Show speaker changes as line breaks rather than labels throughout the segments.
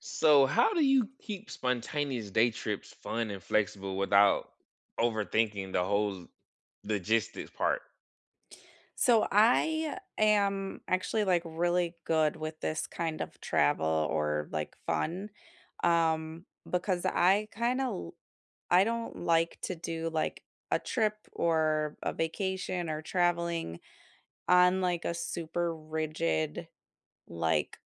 So, how do you keep spontaneous day trips fun and flexible without overthinking the whole logistics part?
So I am actually like really good with this kind of travel or like fun because I kind of I don't like to do like a trip or a vacation or traveling on like a super rigid like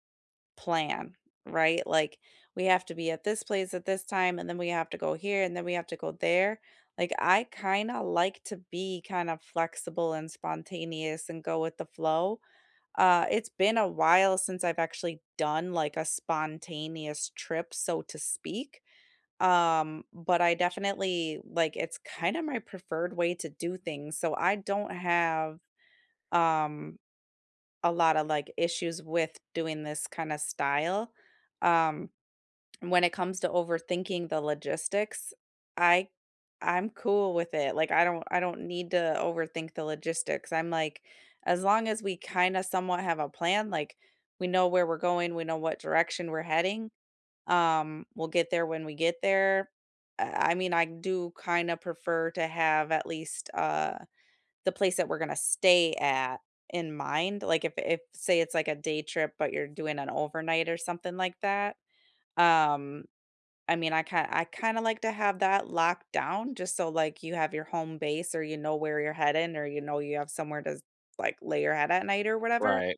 plan, right? Like, we have to be at this place at this time, and then we have to go here, and then we have to go there. Like, I kind of like to be kind of flexible and spontaneous and go with the flow. It's been a while since I've actually done like a spontaneous trip, so to speak. But I definitely like it's kind of my preferred way to do things. So I don't have um a lot of, like, issues with doing this kinda style. Um, when it comes to overthinking the logistics, I I'm cool with it, like, I don't need to overthink the logistics, I'm like, as long as we kinda somewhat have a plan, like, we know where we're going, we know what direction we're heading, we'll get there when we get there. I mean, I do kinda prefer to have at least, the place that we're gonna stay at in mind, like, if say it's like a day trip, but you're doing an overnight or something like that, um, I mean, I kinda like to have that locked down just so, like, you have your home base or you know where you're heading or you know you have somewhere to, like, lay your head at night or whatever,
Right.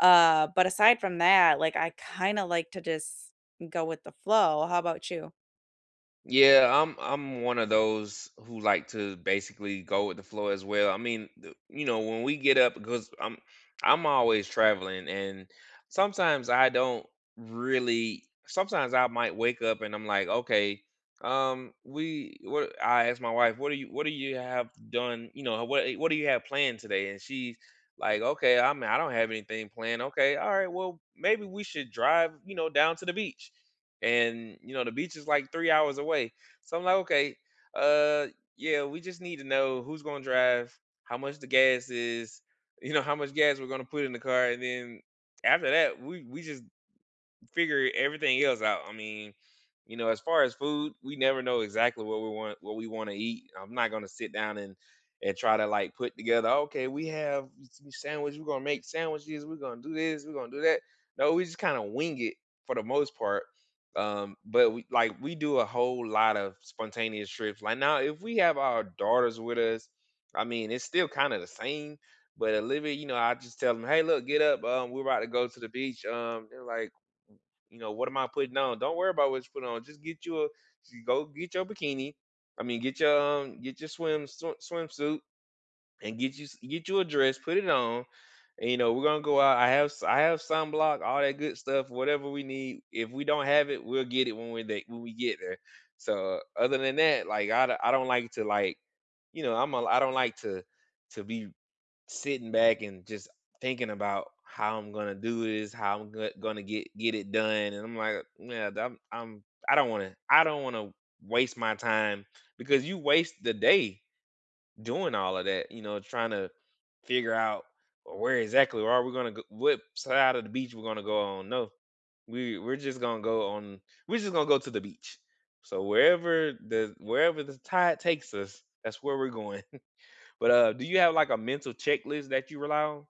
but aside from that, like, I kinda like to just go with the flow. How about you?
Yeah, I'm one of those who like to basically go with the flow as well. I mean, you know, when we get up because I'm always traveling and sometimes I don't really sometimes I might wake up and I'm like, okay, we what I ask my wife, what do you have done, you know, what do you have planned today? And she's like, okay, I mean, I don't have anything planned. Okay, all right, well, maybe we should drive, you know, down to the beach, and you know the beach is like 3 hours away, so I'm like, okay. uh yeah, we just need to know who's going to drive, how much the gas is, you know, how much gas we're going to put in the car, and then after that we just figure everything else out. I mean, you know, as far as food, we never know exactly what we want to eat. I'm not gonna sit down and try to, like, put together, okay, we have sandwich, we're gonna make sandwiches, we're gonna do this, we're gonna do that. No, we just kind of wing it for the most part. But we like we do a whole lot of spontaneous trips. Like now, if we have our daughters with us, I mean, it's still kind of the same. But Olivia, you know, I just tell them, hey, look, get up. We're about to go to the beach. They're like, you know, what am I putting on? Don't worry about what you put on. Just go get your bikini. I mean, get your swimsuit, and get you a dress, put it on, and you know we're gonna go out. I have sunblock, all that good stuff, whatever we need. If we don't have it, we'll get it when we get there. So other than that, like I don't like to, like, you know, I don't like to be sitting back and just thinking about how I'm gonna do this, how I'm gonna get it done, and I'm like, yeah, I don't want to waste my time, because you waste the day doing all of that, you know, trying to figure out, "Well, where exactly, or are we gonna go, what side of the beach we're gonna go on?" No, we're just gonna go on. We're just gonna go to the beach. So wherever the tide takes us, that's where we're going. But do you have, like, a mental checklist that you rely on?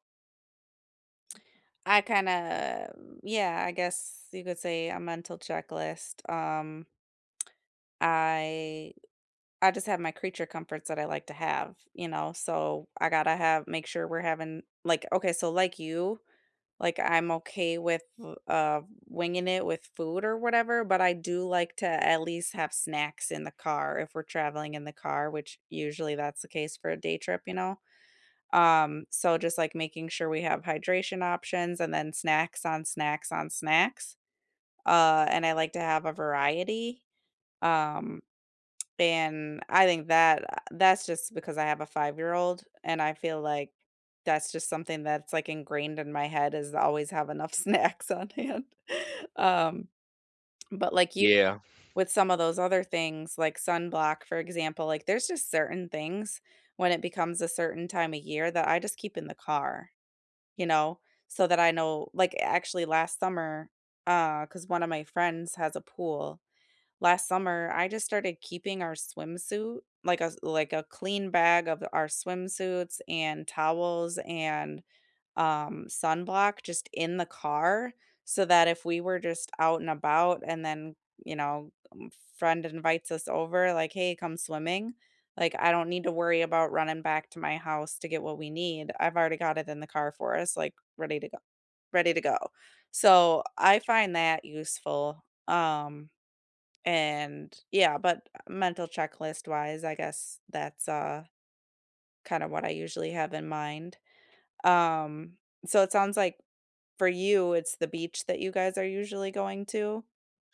I kinda Yeah, I guess you could say a mental checklist, I I just have my creature comforts that I like to have, you know, so I gotta have make sure we're having like okay, so like you, like I'm okay with winging it with food or whatever, but I do like to at least have snacks in the car if we're traveling in the car, which usually that's the case for a day trip, you know. So just like making sure we have hydration options and then snacks on snacks on snacks. And I like to have a variety. Um, and I think that that's just because I have a five-year-old, and I feel like that's just something that's, like, ingrained in my head is to always have enough snacks on hand. Um, but like you
Yeah.
with some of those other things, like sunblock, for example, like, there's just certain things when it becomes a certain time of year that I just keep in the car, you know, so that I know like, actually last summer, because one of my friends has a pool last summer, I just started keeping our swimsuit, like a clean bag of our swimsuits and towels and sunblock just in the car so that if we were just out and about and then, you know, friend invites us over like, "Hey, come swimming." Like I don't need to worry about running back to my house to get what we need. I've already got it in the car for us, like ready to go, ready to go. So I find that useful. Um, and yeah, but mental checklist wise, I guess that's kind of what I usually have in mind. Um, so it sounds like for you it's the beach that you guys are usually going to.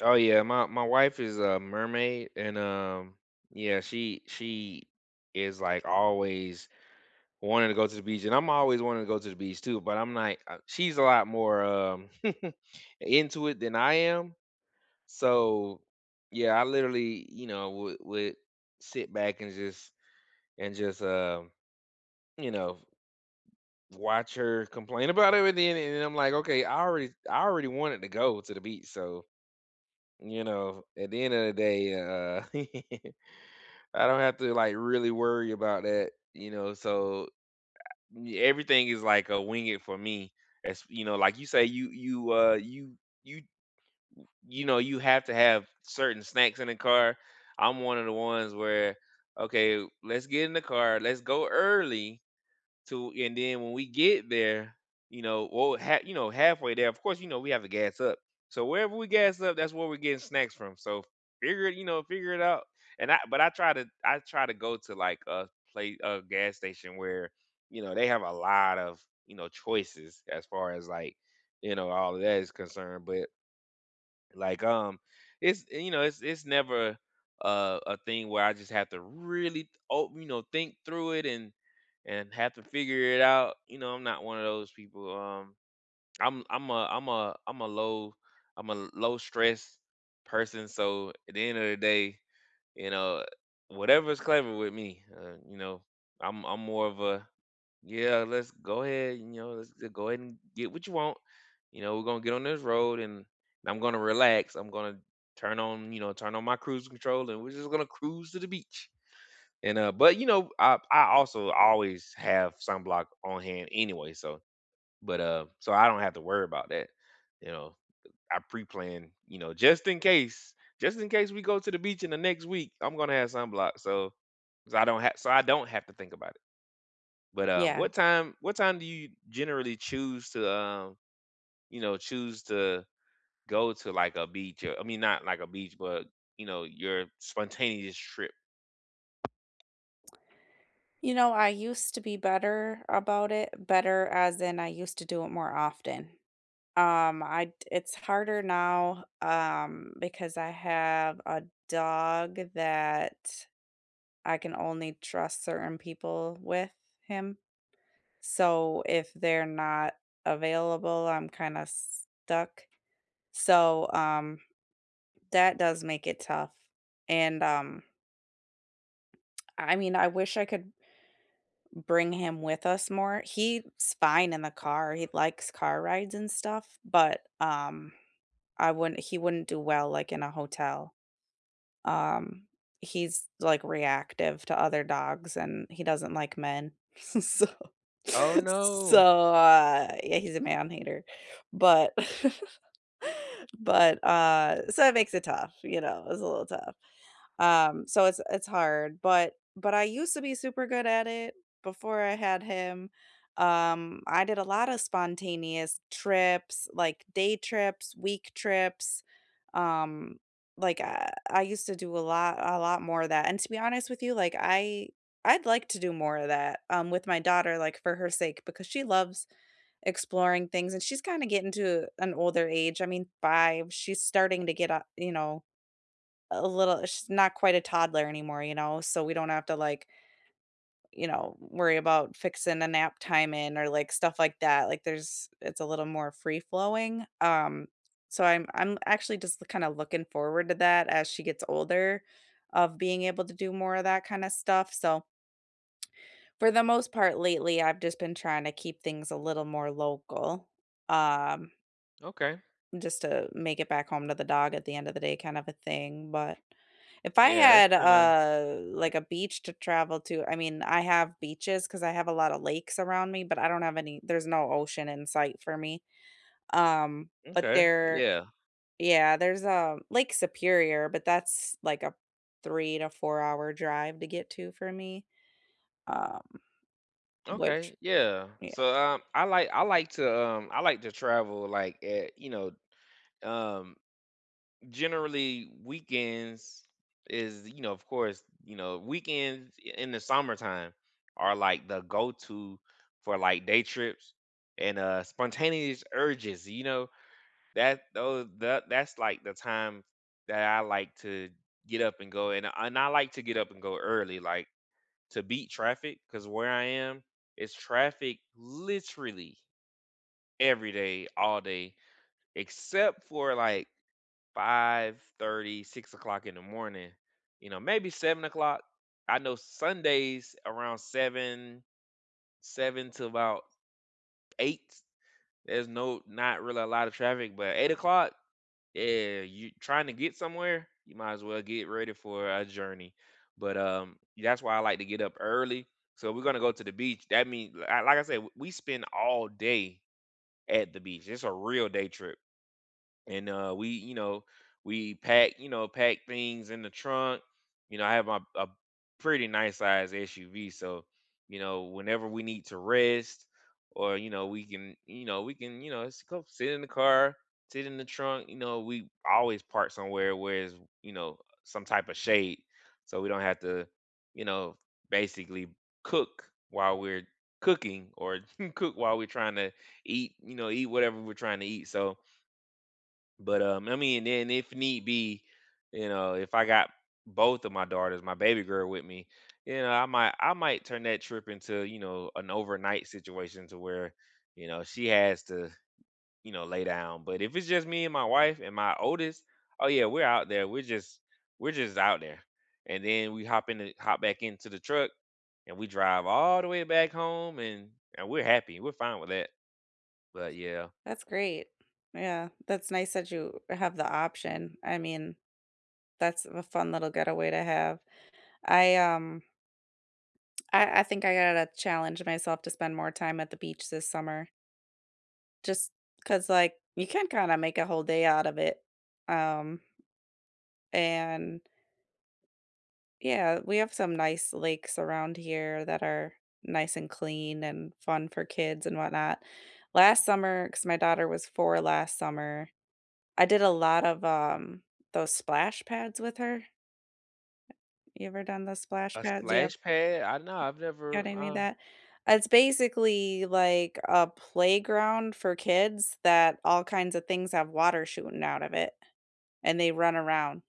Oh yeah, my wife is a mermaid, and yeah, she is, like, always wanting to go to the beach, and I'm always wanting to go to the beach too, but I'm like, she's a lot more into it than I am. So yeah, I literally, you know, would sit back and just and just um, you know, watch her complain about everything, and I'm like, okay, I already wanted to go to the beach, so you know, at the end of the day, I don't have to, like, really worry about that, you know. So everything is like a wing it for me, as you know, like you say, you you know you have to have certain snacks in the car. I'm one of the ones where, okay, let's get in the car, let's go early to and then when we get there, you know, well, you know, halfway there, of course, you know, we have to gas up. So wherever we gas up, that's where we're getting snacks from. So figure it, you know, figure it out. But I try to go to, like, a place, a gas station where, you know, they have a lot of, you know, choices as far as, like, you know, all of that is concerned. But, like, it's, you know, it's never, a thing where I just have to really, you know, think through it, and have to figure it out. You know I'm not one of those people. I'm a I'm a I'm a low stress person. So at the end of the day, you know, whatever's clever with me, you know, I'm more of a, yeah, let's go ahead, you know, let's just go ahead and get what you want. You know, we're gonna get on this road, and I'm gonna relax. I'm gonna turn on, you know, turn on my cruise control, and we're just gonna cruise to the beach. And but, you know, I also always have sunblock on hand anyway, so, but so I don't have to worry about that. You know, I pre-plan, you know, just in case we go to the beach in the next week, I'm gonna have sunblock. So I don't have to think about it. But
Yeah.
what time do you generally choose to, you know, choose to go to, like, a beach, or I mean, not like a beach, but, you know, your spontaneous trip?
You know, I used to be better about it, better as in I used to do it more often. It's harder now because I have a dog that I can only trust certain people with him. So if they're not available, I'm kinda stuck. So, that does make it tough. And, I mean, I wish I could bring him with us more. He's fine in the car, he likes car rides and stuff, but, I wouldn't he wouldn't do well, like, in a hotel. Um, he's, like, reactive to other dogs, and he doesn't like men. So
Oh no.
so, yeah, he's a man hater, but but, so it makes it tough, you know, it's a little tough. So it's hard, but I used to be super good at it before I had him. I did a lot of spontaneous trips, like day trips, week trips. Um, like I used to do a lot more of that. And to be honest with you, like I'd like to do more of that with my daughter like for her sake because she loves exploring things and she's kind of getting to an older age. I mean, 5, she's starting to get up, you know, a little she's not quite a toddler anymore, you know, so we don't have to, like, you know, worry about fixing a nap time in or, like, stuff like that, like, there's it's a little more free flowing, so I'm actually just kinda looking forward to that as she gets older, of being able to do more of that kinda stuff, so for the most part lately, I've just been trying to keep things a little more local, um,
Okay.
just to make it back home to the dog at the end of the day kind of a thing, but if I
Yeah, that's
had,
kind of
like a beach to travel to I mean, I have beaches because I have a lot of lakes around me, but I don't have any there's no ocean in sight for me. But
okay.
there
Yeah.
Yeah, there's, Lake Superior, but that's like a 3 to 4 hour drive to get to for me, um, which
Okay. Yeah.
yeah,
So I like I like to travel, like, at, you know, um generally weekends is, you know, of course, you know, weekends in the summertime are like the go-to for, like, day trips, and spontaneous urges, you know, that's like the time that I like to get up and go. And, and I like to get up and go early, like, to beat traffic, because where I am, it's traffic literally every day all day except for, like, 5:30, 6 o'clock in the morning, you know, maybe 7 o'clock. I know Sundays around 7, 7 to about 8, there's not really a lot of traffic, but 8 o'clock, yeah, you trying to get somewhere, you might as well get ready for a journey. But, that's why I like to get up early. So we're gonna go to the beach. That means, like I said, we spend all day at the beach. It's a real day trip. And we you know we pack you know pack things in the trunk. You know, I have my a pretty nice size SUV. So, you know, whenever we need to rest, or, you know, we can you know we can you know s- go sit in the car, sit in the trunk. You know, we always park somewhere where it's, you know, some type of shade, so we don't have to, you know, basically cook while we're cooking, or cook while we're trying to eat you know eat whatever we're trying to eat. So, but I mean, and if need be, you know, if I got both of my daughters, my baby girl with me, you know, I might turn that trip into, you know, an overnight situation to where, you know, she has to, you know, lay down. But if it's just me and my wife and my oldest, oh yeah, we're out there. We're just out there. And then we hop in the hop back into the truck, and we drive all the way back home, and we're happy. We're fine with that. But yeah,
that's great. Yeah, that's nice that you have the option. I mean, that's a fun little getaway to have. I, um I think I gotta challenge myself to spend more time at the beach this summer just 'cause, like, you can kinda make a whole day out of it, um, and yeah, we have some nice lakes around here that are nice and clean and fun for kids and whatnot. Last summer 'cause my daughter was 4 last summer, I did a lot of, those splash pads with her. You ever done the splash
a
pads? Do you have
splash pad, I know I've never
God, I knew
uh
that. It's basically like a playground for kids that all kinds of things have water shooting out of it, and they run around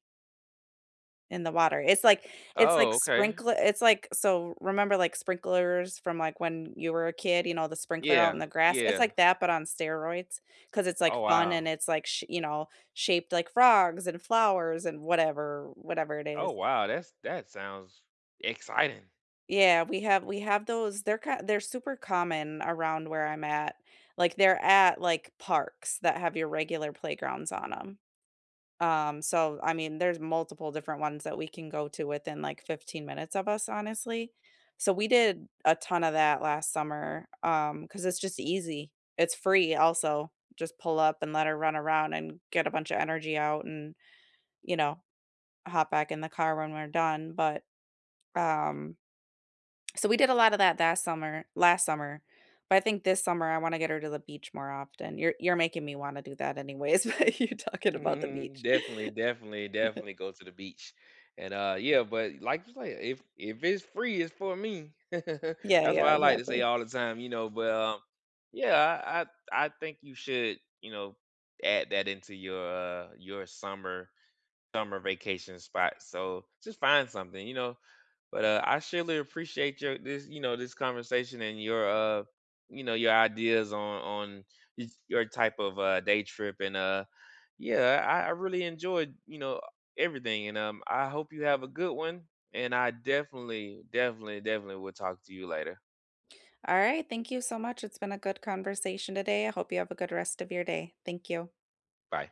in the water. It's like
Oh, okay.
sprinkler it's like So remember, like, sprinklers from, like, when you were a kid, you know, the sprinkler out
Yeah,
in the grass? It's
yeah.
like that, but on steroids, because it's,
Oh,
like, fun
wow.
and it's, like, sh you know, shaped like frogs and flowers and whatever it
Oh,
is.
wow, that sounds exciting.
Yeah, we have those, they're super common around where I'm at. Like, they're at, like, parks that have your regular playgrounds on them. So, I mean, there's multiple different ones that we can go to within, like, 15 minutes of us, honestly. So, we did a ton of that last summer, um, because it's just easy. It's free also, just pull up and let her run around and get a bunch of energy out and, you know, hop back in the car when we're done, um so we did a lot of that that summer last summer, but I think this summer I wanna get her to the beach more often. You're making me wanna do that anyways, but you talking about the beach.
Definitely, definitely, definitely go to the beach. And, yeah, but, like, you say, if it's free, it's for me.
Yeah,
That's
yeah,
why I like to say
exactly.
all the time, you know. But, yeah, I think you should, you know, add that into your summer vacation spot. So, just find something, you know. But I surely appreciate your this, you know, this conversation, and your ideas on your type of day trip. And yeah, I really enjoyed, you know, everything. And I hope you have a good one, and I definitely, definitely, definitely will talk to you later.
Alright, thank you so much. It's been a good conversation today. I hope you have a good rest of your day. Thank you.
Bye.